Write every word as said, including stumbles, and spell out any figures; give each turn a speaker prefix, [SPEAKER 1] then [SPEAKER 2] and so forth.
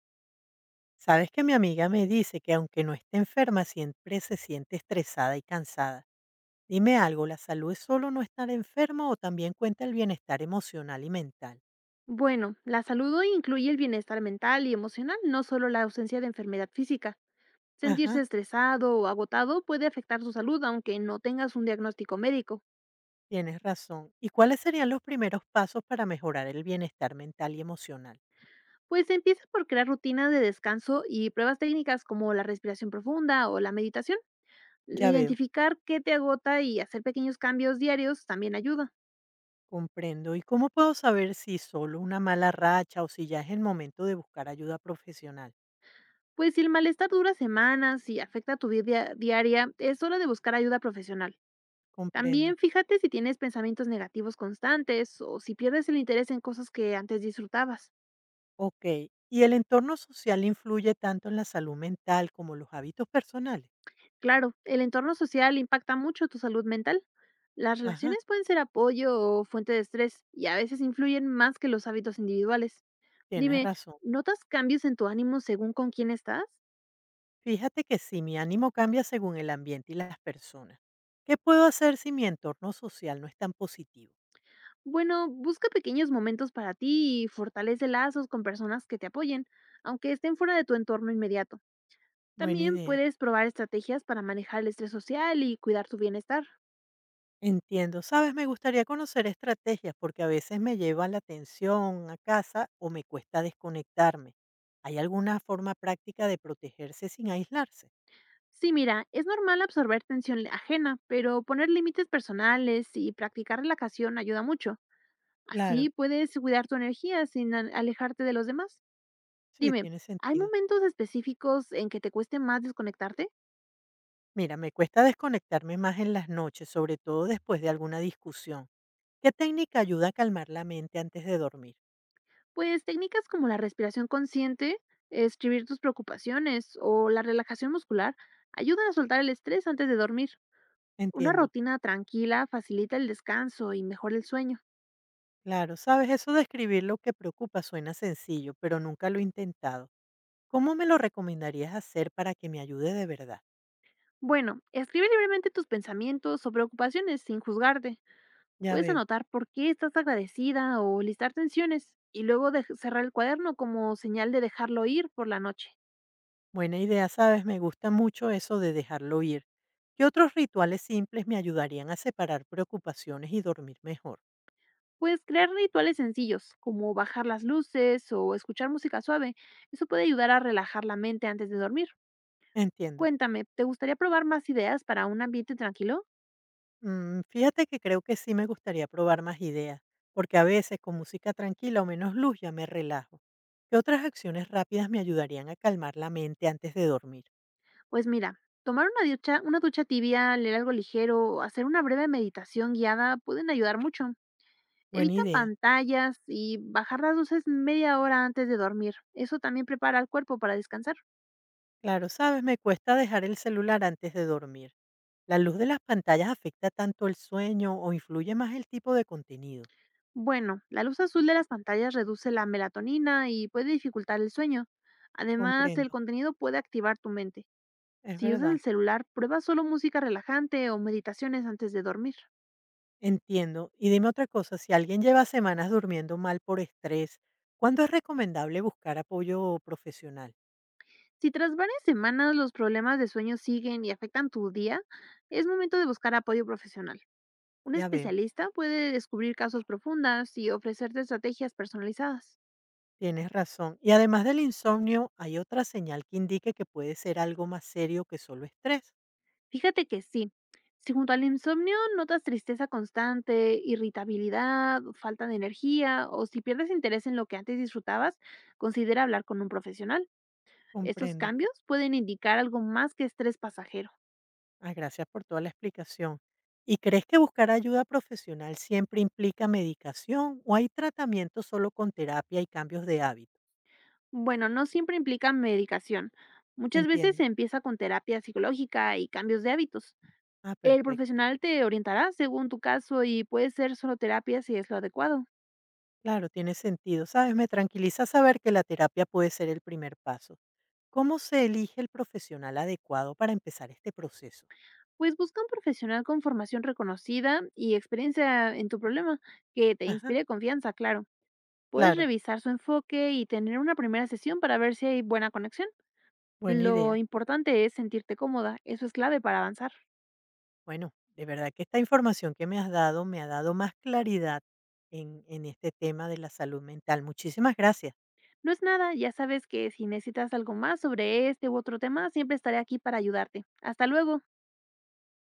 [SPEAKER 1] Sabes que mi amiga me dice que aunque no esté enferma, siempre se siente estresada y cansada. Dime algo, ¿la salud es solo no estar enfermo o también cuenta el bienestar emocional y mental?
[SPEAKER 2] Bueno, la salud hoy incluye el bienestar mental y emocional, no solo la ausencia de enfermedad física.
[SPEAKER 1] Ajá,
[SPEAKER 2] Sentirse estresado o agotado puede afectar su salud aunque no tengas un diagnóstico médico.
[SPEAKER 1] tienes razón. ¿Y cuáles serían los primeros pasos para mejorar el bienestar mental y emocional?
[SPEAKER 2] Pues empieza por crear rutinas de descanso y pruebas técnicas como la respiración profunda o la meditación.
[SPEAKER 1] Ya veo,
[SPEAKER 2] Identificar qué te agota y hacer pequeños cambios diarios también ayuda.
[SPEAKER 1] comprendo. ¿Y cómo puedo saber si solo una mala racha o si ya es el momento de buscar ayuda profesional?
[SPEAKER 2] Pues si el malestar dura semanas y afecta tu vida diaria, es hora de buscar ayuda profesional. También
[SPEAKER 1] Comprendo.
[SPEAKER 2] fíjate si tienes pensamientos negativos constantes o si pierdes el interés en cosas que antes disfrutabas.
[SPEAKER 1] Ok. ¿Y el entorno social influye tanto en la salud mental como los hábitos personales?
[SPEAKER 2] Claro, el entorno social impacta mucho tu salud mental. Las
[SPEAKER 1] Ajá.
[SPEAKER 2] relaciones pueden ser apoyo o fuente de estrés y a veces influyen más que los hábitos individuales.
[SPEAKER 1] Tienes
[SPEAKER 2] Dime,
[SPEAKER 1] razón.
[SPEAKER 2] ¿notas cambios en tu ánimo según con quién estás?
[SPEAKER 1] Fíjate que si mi ánimo cambia según el ambiente y las personas. ¿Qué puedo hacer si mi entorno social no es tan positivo?
[SPEAKER 2] Bueno, busca pequeños momentos para ti y fortalece lazos con personas que te apoyen, aunque estén fuera de tu entorno inmediato.
[SPEAKER 1] Buena
[SPEAKER 2] También
[SPEAKER 1] idea.
[SPEAKER 2] puedes probar estrategias para manejar el estrés social y cuidar tu bienestar.
[SPEAKER 1] Entiendo. Sabes, me gustaría conocer estrategias porque a veces me lleva la atención a casa o me cuesta desconectarme. ¿Hay alguna forma práctica de protegerse sin aislarse?
[SPEAKER 2] Sí, mira, es normal absorber tensión le- ajena, pero poner límites personales y practicar relajación ayuda mucho.
[SPEAKER 1] Claro,
[SPEAKER 2] Así puedes cuidar tu energía sin a- alejarte de los demás.
[SPEAKER 1] sí,
[SPEAKER 2] Dime,
[SPEAKER 1] tiene
[SPEAKER 2] ¿hay
[SPEAKER 1] sentido.
[SPEAKER 2] momentos específicos en que te cueste más desconectarte?
[SPEAKER 1] Mira, me cuesta desconectarme más en las noches, sobre todo después de alguna discusión. ¿Qué técnica ayuda a calmar la mente antes de dormir?
[SPEAKER 2] Pues técnicas como la respiración consciente, escribir tus preocupaciones o la relajación muscular ayudan a soltar el estrés antes de dormir. Una
[SPEAKER 1] Entiendo.
[SPEAKER 2] rutina tranquila facilita el descanso y mejora el sueño.
[SPEAKER 1] Claro, sabes, eso de escribir lo que preocupa suena sencillo, pero nunca lo he intentado. ¿Cómo me lo recomendarías hacer para que me ayude de verdad?
[SPEAKER 2] Bueno, escribe libremente tus pensamientos o preocupaciones sin juzgarte.
[SPEAKER 1] Ya
[SPEAKER 2] Puedes
[SPEAKER 1] veo.
[SPEAKER 2] anotar por qué estás agradecida o listar tensiones y luego dej- cerrar el cuaderno como señal de dejarlo ir por la noche.
[SPEAKER 1] Buena idea, sabes, me gusta mucho eso de dejarlo ir. ¿Qué otros rituales simples me ayudarían a separar preocupaciones y dormir mejor?
[SPEAKER 2] Puedes crear rituales sencillos, como bajar las luces o escuchar música suave. Eso puede ayudar a relajar la mente antes de dormir.
[SPEAKER 1] Entiendo.
[SPEAKER 2] Cuéntame, ¿te gustaría probar más ideas para un ambiente tranquilo?
[SPEAKER 1] Mm, fíjate que creo que sí me gustaría probar más ideas, porque a veces con música tranquila o menos luz ya me relajo. ¿Qué otras acciones rápidas me ayudarían a calmar la mente antes de dormir?
[SPEAKER 2] Pues mira, tomar una ducha, una ducha tibia, leer algo ligero o hacer una breve meditación guiada pueden ayudar mucho.
[SPEAKER 1] Buena
[SPEAKER 2] Evita
[SPEAKER 1] idea.
[SPEAKER 2] pantallas y bajar las luces media hora antes de dormir. Eso también prepara al cuerpo para descansar.
[SPEAKER 1] Claro, sabes, me cuesta dejar el celular antes de dormir. ¿La luz de las pantallas afecta tanto el sueño o influye más el tipo de contenido?
[SPEAKER 2] Bueno, la luz azul de las pantallas reduce la melatonina y puede dificultar el sueño. Además, el
[SPEAKER 1] Comprendo,
[SPEAKER 2] contenido puede activar tu mente.
[SPEAKER 1] es
[SPEAKER 2] Si usas el
[SPEAKER 1] verdad,
[SPEAKER 2] celular, prueba solo música relajante o meditaciones antes de dormir.
[SPEAKER 1] entiendo. Y dime otra cosa, si alguien lleva semanas durmiendo mal por estrés, ¿cuándo es recomendable buscar apoyo profesional?
[SPEAKER 2] Si tras varias semanas los problemas de sueño siguen y afectan tu día, es momento de buscar apoyo profesional. Un
[SPEAKER 1] Ya veo,
[SPEAKER 2] especialista puede descubrir casos profundas y ofrecerte estrategias personalizadas.
[SPEAKER 1] tienes razón. Y además del insomnio, ¿hay otra señal que indique que puede ser algo más serio que solo estrés?
[SPEAKER 2] Fíjate que sí. Si junto al insomnio notas tristeza constante, irritabilidad, falta de energía o si pierdes interés en lo que antes disfrutabas, considera hablar con un profesional. Estos
[SPEAKER 1] Comprendo.
[SPEAKER 2] cambios pueden indicar algo más que estrés pasajero.
[SPEAKER 1] Ah, gracias por toda la explicación. ¿Y crees que buscar ayuda profesional siempre implica medicación o hay tratamiento solo con terapia y cambios de hábitos?
[SPEAKER 2] Bueno, no siempre implica medicación. Muchas veces
[SPEAKER 1] Entiendo.
[SPEAKER 2] se empieza con terapia psicológica y cambios de hábitos.
[SPEAKER 1] Ah,
[SPEAKER 2] El
[SPEAKER 1] perfecto.
[SPEAKER 2] profesional te orientará según tu caso y puede ser solo terapia si es lo adecuado.
[SPEAKER 1] Claro, tiene sentido. Sabes, me tranquiliza saber que la terapia puede ser el primer paso. ¿Cómo se elige el profesional adecuado para empezar este proceso?
[SPEAKER 2] Pues busca un profesional con formación reconocida y experiencia en tu problema, que te
[SPEAKER 1] Ajá,
[SPEAKER 2] inspire confianza, claro. Puedes
[SPEAKER 1] claro,
[SPEAKER 2] revisar su enfoque y tener una primera sesión para ver si hay buena conexión.
[SPEAKER 1] buena
[SPEAKER 2] Lo
[SPEAKER 1] idea.
[SPEAKER 2] importante es sentirte cómoda, eso es clave para avanzar.
[SPEAKER 1] Bueno, de verdad que esta información que me has dado me ha dado más claridad en, en este tema de la salud mental. Muchísimas gracias.
[SPEAKER 2] No es nada, ya sabes que si necesitas algo más sobre este u otro tema, siempre estaré aquí para ayudarte. Hasta luego.